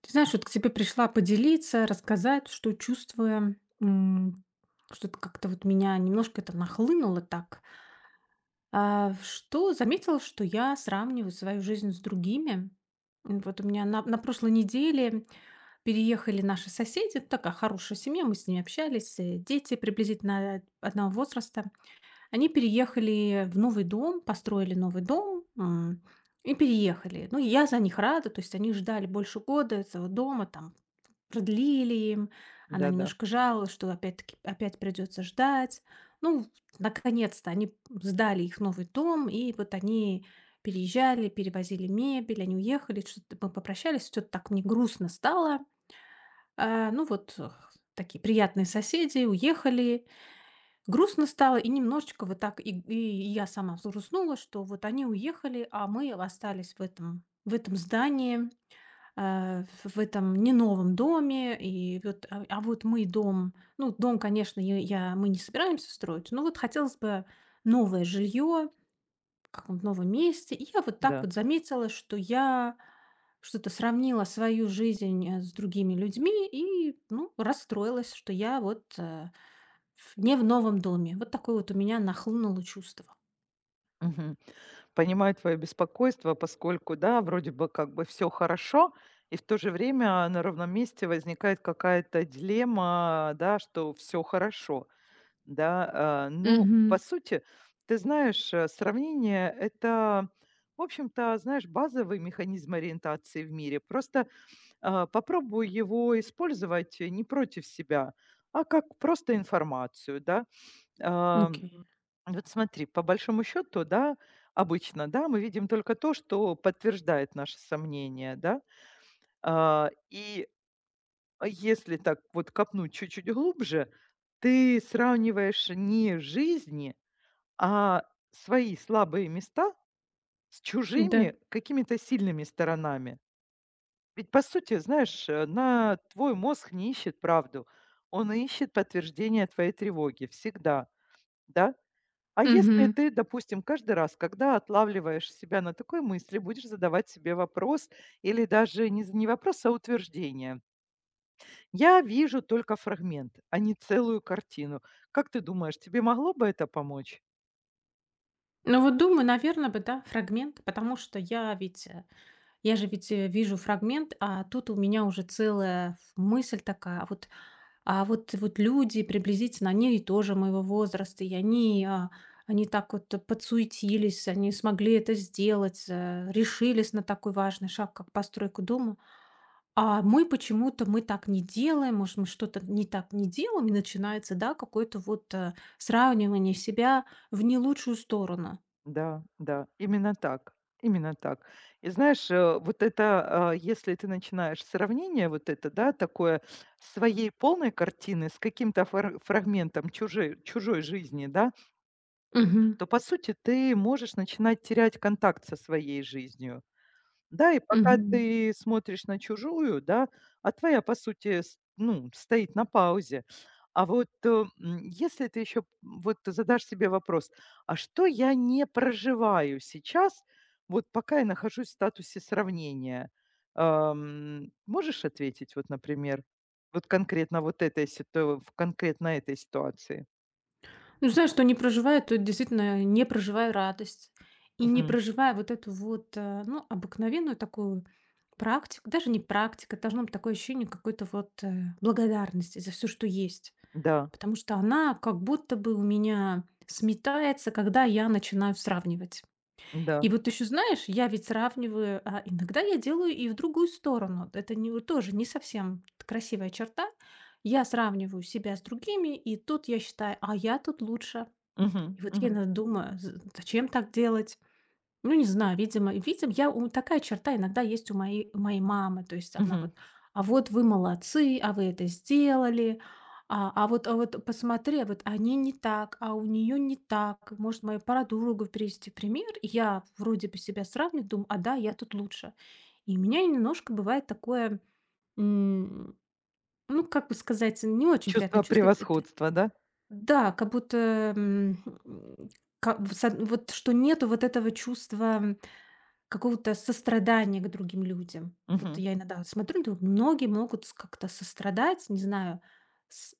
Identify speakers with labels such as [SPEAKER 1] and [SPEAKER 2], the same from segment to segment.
[SPEAKER 1] Ты знаешь, вот к тебе пришла поделиться, рассказать, что чувствую, м, что-то как-то вот меня немножко это нахлынуло так, что заметила, что я сравниваю свою жизнь с другими. Вот у меня на прошлой неделе переехали наши соседи, такая хорошая семья, мы с ними общались, дети приблизительно одного возраста. Они переехали в новый дом, построили новый дом, и переехали. Ну, и я за них рада, то есть они ждали больше года этого дома, там продлили им. Она
[SPEAKER 2] Да-да, да.
[SPEAKER 1] немножко жаловалась, что опять-таки опять придется ждать. Ну, наконец-то они сдали их новый дом, и вот они переезжали, перевозили мебель, они уехали, что-то мы попрощались, что-то так мне грустно стало. А, ну вот э, такие приятные соседи уехали, грустно стало, и немножечко вот так, и я сама взгрустнула, что вот они уехали, а мы остались в этом здании, в этом не новом доме, и вот, дом, конечно, мы не собираемся строить, но вот хотелось бы новое жилье в каком-то новом месте. И я вот так
[SPEAKER 2] Да.
[SPEAKER 1] вот заметила, что я что-то сравнила свою жизнь с другими людьми и, ну, расстроилась, что я вот не в новом доме. Вот такое вот у меня нахлынуло чувство.
[SPEAKER 2] Мгм. Понимаю твое беспокойство, поскольку, да, вроде бы как бы всё хорошо, и в то же время на ровном месте возникает какая-то дилемма, да, что всё хорошо, да. Ну,
[SPEAKER 1] Угу.
[SPEAKER 2] по сути, ты знаешь, сравнение- это, в общем-то, знаешь, базовый механизм ориентации в мире. Просто, попробуй его использовать не против себя, а как просто информацию, да. Э,
[SPEAKER 1] Окей.
[SPEAKER 2] Вот смотри, по большому счету, да, обычно, да, мы видим только то, что подтверждает наши сомнения, да. И если так вот копнуть чуть-чуть глубже, ты сравниваешь не жизни, а свои слабые места с
[SPEAKER 1] Да.
[SPEAKER 2] чужими какими-то сильными сторонами. Ведь, по сути, знаешь, на твой мозг не ищет правду, он ищет подтверждение твоей тревоги всегда, да. А если
[SPEAKER 1] Мгм.
[SPEAKER 2] ты, допустим, каждый раз, когда отлавливаешь себя на такой мысли, будешь задавать себе вопрос или даже не, не вопрос, а утверждение. Я вижу только фрагмент, а не целую картину. Как ты думаешь, тебе могло бы это помочь?
[SPEAKER 1] Ну вот думаю, наверное бы, да, фрагмент, потому что я же ведь вижу фрагмент, а тут у меня уже целая мысль такая, а вот, вот люди приблизительно, они тоже моего возраста, они так вот подсуетились, они смогли это сделать, решились на такой важный шаг, как постройку дома, а мы так не делаем, может, мы что-то не так не делаем, и начинается, да, какое-то вот сравнивание себя в не лучшую сторону.
[SPEAKER 2] Да, да, именно так. Именно так. И знаешь, вот это, если ты начинаешь сравнение вот это, да, такое своей полной картины с каким-то фрагментом чужой жизни, да,
[SPEAKER 1] Мгм.
[SPEAKER 2] то, по сути, ты можешь начинать терять контакт со своей жизнью. Да, и пока
[SPEAKER 1] Мгм.
[SPEAKER 2] ты смотришь на чужую, да, а твоя, по сути, ну, стоит на паузе. А вот если ты еще вот задашь себе вопрос, а что я не проживаю сейчас, вот пока я нахожусь в статусе сравнения, можешь ответить, вот, например, вот конкретно вот этой в конкретно этой ситуации?
[SPEAKER 1] Ну, знаешь, что не проживая, то действительно не проживая радость. И не
[SPEAKER 2] Мгм.
[SPEAKER 1] проживая вот эту вот, ну, обыкновенную такую практику, даже не практика, должно быть такое ощущение какой-то вот благодарности за все, что есть.
[SPEAKER 2] Да,
[SPEAKER 1] Потому что она как будто бы у меня сметается, когда я начинаю сравнивать.
[SPEAKER 2] да.
[SPEAKER 1] И вот еще знаешь, я ведь сравниваю, иногда я делаю и в другую сторону. Это не, вот тоже не совсем красивая черта. Я сравниваю себя с другими, и тут я считаю, а я тут лучше.
[SPEAKER 2] Мгм,
[SPEAKER 1] И вот я
[SPEAKER 2] мгм.
[SPEAKER 1] иногда думаю, зачем так делать? Ну, не знаю, видимо, я у такая черта иногда есть у моей мамы. То есть она
[SPEAKER 2] Мгм.
[SPEAKER 1] вот: "А вот вы молодцы, а вы это сделали, а вот посмотри, а вот они не так, а у нее не так". Может, мою подругу привести в пример. И я вроде бы себя сравниваю, думаю: "А да, я тут лучше". И у меня немножко бывает такое, м, ну, как бы сказать, не очень приятное
[SPEAKER 2] Чувство
[SPEAKER 1] чувство. Это
[SPEAKER 2] превосходства, да?
[SPEAKER 1] да, как будто, м, м, ка в с од вот что нету вот этого чувства какого-то сострадания к другим людям. Вот
[SPEAKER 2] Мгм.
[SPEAKER 1] я иногда смотрю, думаю, многие могут как-то сострадать, не знаю, с-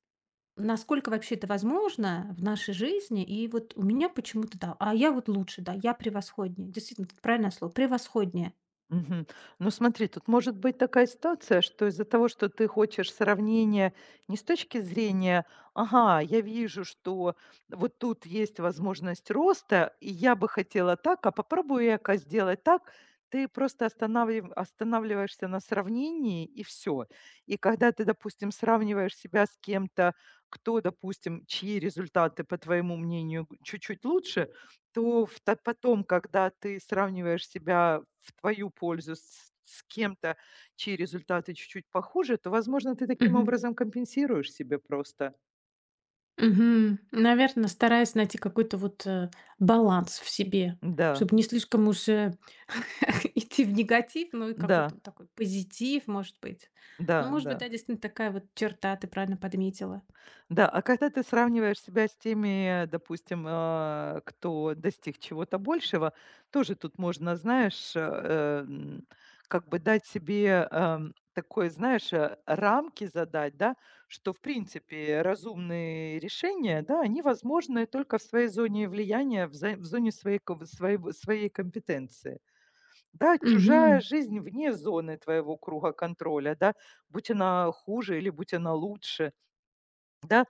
[SPEAKER 1] насколько вообще это возможно в нашей жизни. И вот у меня почему-то да, а я вот лучше, да, я превосходнее. Действительно, это правильное слово, превосходнее.
[SPEAKER 2] Мгм. Ну, смотри, тут может быть такая ситуация, что из-за того, что ты хочешь сравнения не с точки зрения: "Ага, я вижу, что вот тут есть возможность роста, и я бы хотела так, а попробую я-ка сделать так". Ты просто останавливаешься на сравнении, и все. И когда ты, допустим, сравниваешь себя с кем-то, кто, допустим, чьи результаты, по твоему мнению, г чуть-чуть лучше, То в та потом, когда ты сравниваешь себя в твою пользу с кем-то, чьи результаты чуть-чуть похуже, то, возможно, ты таким образом компенсируешь себе просто.
[SPEAKER 1] Наверное, стараясь найти какой-то вот баланс в себе,
[SPEAKER 2] Да,
[SPEAKER 1] чтобы не слишком уж идти в негатив, но и
[SPEAKER 2] да,
[SPEAKER 1] какой-то вот такой позитив, может быть. Ну,
[SPEAKER 2] да,
[SPEAKER 1] может быть,
[SPEAKER 2] да.
[SPEAKER 1] да, действительно такая вот черта, ты правильно подметила.
[SPEAKER 2] Да, а когда ты сравниваешь себя с теми, допустим, кто достиг чего-то большего, тоже тут можно, знаешь, как бы дать себе такое, знаешь, рамки задать, да, что, в принципе, разумные решения, да, они возможны только в своей зоне влияния, в зоне своей, своей компетенции. Да, чужая
[SPEAKER 1] Мгм.
[SPEAKER 2] жизнь вне зоны твоего круга контроля, да, будь она хуже или будь она лучше, да.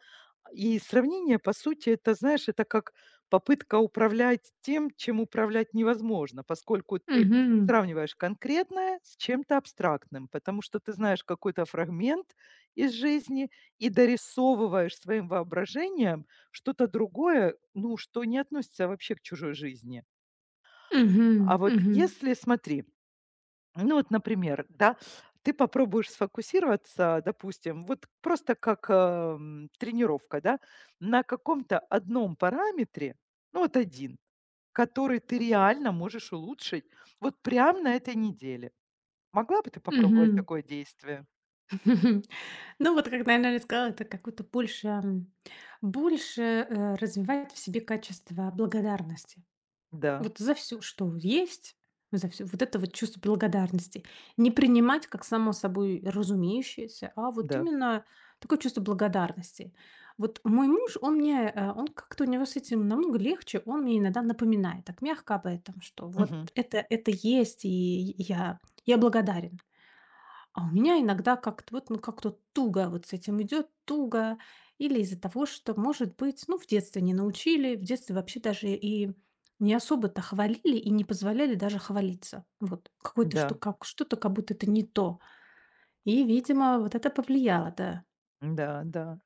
[SPEAKER 2] И сравнение, по сути, это, знаешь, это как попытка управлять тем, чем управлять невозможно, поскольку ты
[SPEAKER 1] Мгм.
[SPEAKER 2] сравниваешь конкретное с чем-то абстрактным, потому что ты знаешь какой-то фрагмент из жизни и дорисовываешь своим воображением что-то другое, ну, что не относится вообще к чужой жизни.
[SPEAKER 1] Мгм.
[SPEAKER 2] А вот
[SPEAKER 1] Мгм.
[SPEAKER 2] если, смотри, ну вот, например, да, ты попробуешь сфокусироваться, допустим, вот просто как тренировка, да, на каком-то одном параметре, ну вот один, который ты реально можешь улучшить вот прямо на этой неделе. Могла бы ты попробовать
[SPEAKER 1] Мгм.
[SPEAKER 2] такое действие?
[SPEAKER 1] Ну, вот как, наверное, сказала, это какую-то больше, развивает в себе качество благодарности.
[SPEAKER 2] Да,
[SPEAKER 1] Вот за все, что есть, за все, вот это вот чувство благодарности. Не принимать как само собой разумеющееся, а вот
[SPEAKER 2] да,
[SPEAKER 1] именно такое чувство благодарности. Вот мой муж, он как-то у него с этим намного легче, он мне иногда напоминает так мягко об этом, что вот
[SPEAKER 2] мгм,
[SPEAKER 1] это есть, и я благодарен. А у меня иногда как-то вот, ну, как-то туго вот с этим идет, туго. Или из-за того, что, может быть, ну, в детстве не научили, в детстве вообще даже и не особо-то хвалили и не позволяли даже хвалиться. Вот какое то что,
[SPEAKER 2] да,
[SPEAKER 1] как, что-то как будто это не то. И, видимо, вот это повлияло, да.
[SPEAKER 2] да, да.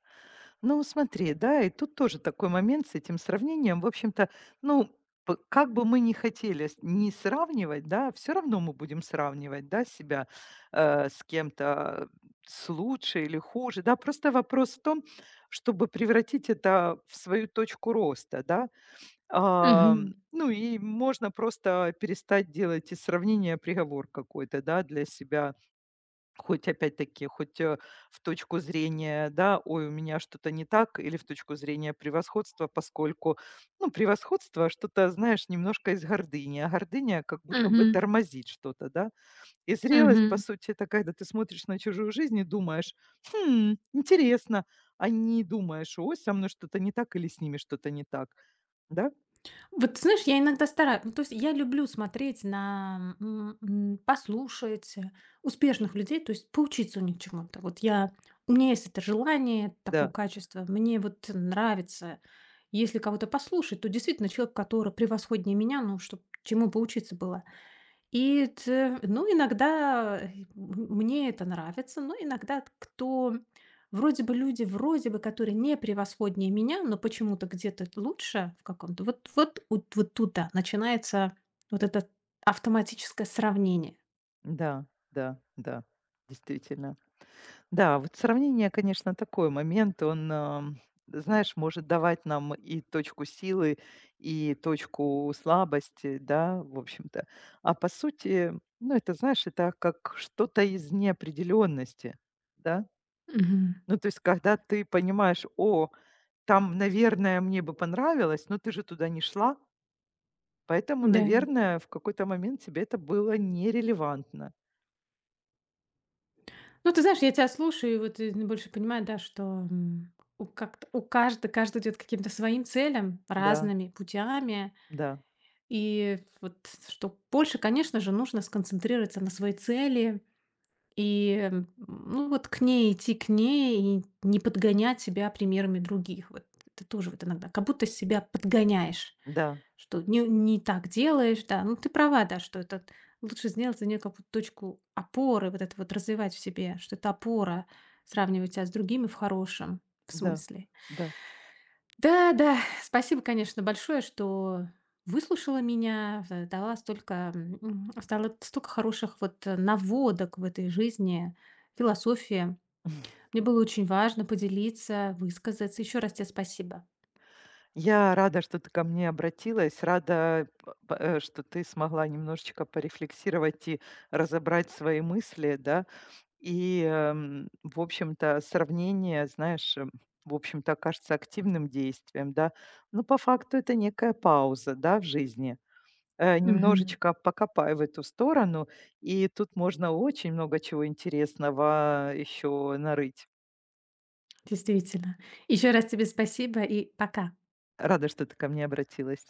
[SPEAKER 2] Ну, смотри, да, и тут тоже такой момент с этим сравнением. В общем-то, ну, как бы мы ни хотели не сравнивать, да, все равно мы будем сравнивать, да, себя с кем-то с лучше или хуже, да. Просто вопрос в том, чтобы превратить это в свою точку роста, да. А,
[SPEAKER 1] Мгм.
[SPEAKER 2] ну и можно просто перестать делать из сравнения приговор какой-то, да, для себя. Хоть опять-таки, хоть, в точку зрения, да: "Ой, у меня что-то не так", или в точку зрения превосходства, поскольку, ну, превосходство что-то, знаешь, немножко из гордыни, а гордыня как будто бы
[SPEAKER 1] Мгм.
[SPEAKER 2] тормозит что-то, да. И зрелость, по
[SPEAKER 1] Мгм.
[SPEAKER 2] сути, это когда ты смотришь на чужую жизнь и думаешь: "Хм, интересно". А не думаешь: "Ой, со мной что-то не так или с ними что-то не так". Да?
[SPEAKER 1] Вот ты знаешь, я иногда стараюсь. Ну, то есть я люблю смотреть послушать, успешных людей, то есть поучиться у них чему-то. Вот я у меня есть это желание, такое
[SPEAKER 2] Да,
[SPEAKER 1] качество. Мне вот нравится, если кого-то послушать, то действительно человек, который превосходнее меня, ну, чтобы чему поучиться было. И т ну, иногда, мне это нравится, но иногда кто вроде бы люди, вроде бы, которые не превосходнее меня, но почему-то где-то лучше в каком-то, вот тут, да, начинается вот это автоматическое сравнение.
[SPEAKER 2] да, да, да, действительно. Да, вот сравнение, конечно, такой момент. Он, знаешь, может давать нам и точку силы, и точку слабости, да, в общем-то. А по сути, ну, это, знаешь, это как что-то из неопределенности, да.
[SPEAKER 1] Мгм.
[SPEAKER 2] Ну, то есть, когда ты понимаешь, о, там, наверное, мне бы понравилось, но ты же туда не шла, поэтому,
[SPEAKER 1] Да.
[SPEAKER 2] наверное, в какой-то момент тебе это было нерелевантно.
[SPEAKER 1] Ну, ты знаешь, я тебя слушаю, и вот, больше понимаю, да, что, м, у как у каждого каждый идет к каким-то своим целям,
[SPEAKER 2] Да,
[SPEAKER 1] разными путями.
[SPEAKER 2] да,
[SPEAKER 1] И вот что больше, конечно же, нужно сконцентрироваться на своей цели и, ну, вот к ней идти, к ней и не подгонять себя примерами других. Вот это тоже вот иногда, как будто себя подгоняешь,
[SPEAKER 2] да,
[SPEAKER 1] что не так делаешь, да. Ну, ты права, да, что это лучше сделать за некую вот точку опоры, вот это вот развивать в себе, что это опора, сравнивать себя с другими в хорошем в
[SPEAKER 2] да,
[SPEAKER 1] смысле.
[SPEAKER 2] да.
[SPEAKER 1] Да, да, спасибо, конечно, большое, что выслушала меня, стало столько хороших вот наводок в этой жизни, философии. Мне было очень важно поделиться, высказаться. Еще раз тебе спасибо.
[SPEAKER 2] Я рада, что ты ко мне обратилась, рада, что ты смогла немножечко порефлексировать и разобрать свои мысли, да. И, в общем-то, сравнение, знаешь, в общем-то, кажется активным действием, да. Но по факту это некая пауза, да, в жизни.
[SPEAKER 1] Мгм.
[SPEAKER 2] Немножечко покопай в эту сторону, и тут можно очень много чего интересного еще нарыть.
[SPEAKER 1] Действительно. Еще раз тебе спасибо и пока.
[SPEAKER 2] Рада, что ты ко мне обратилась.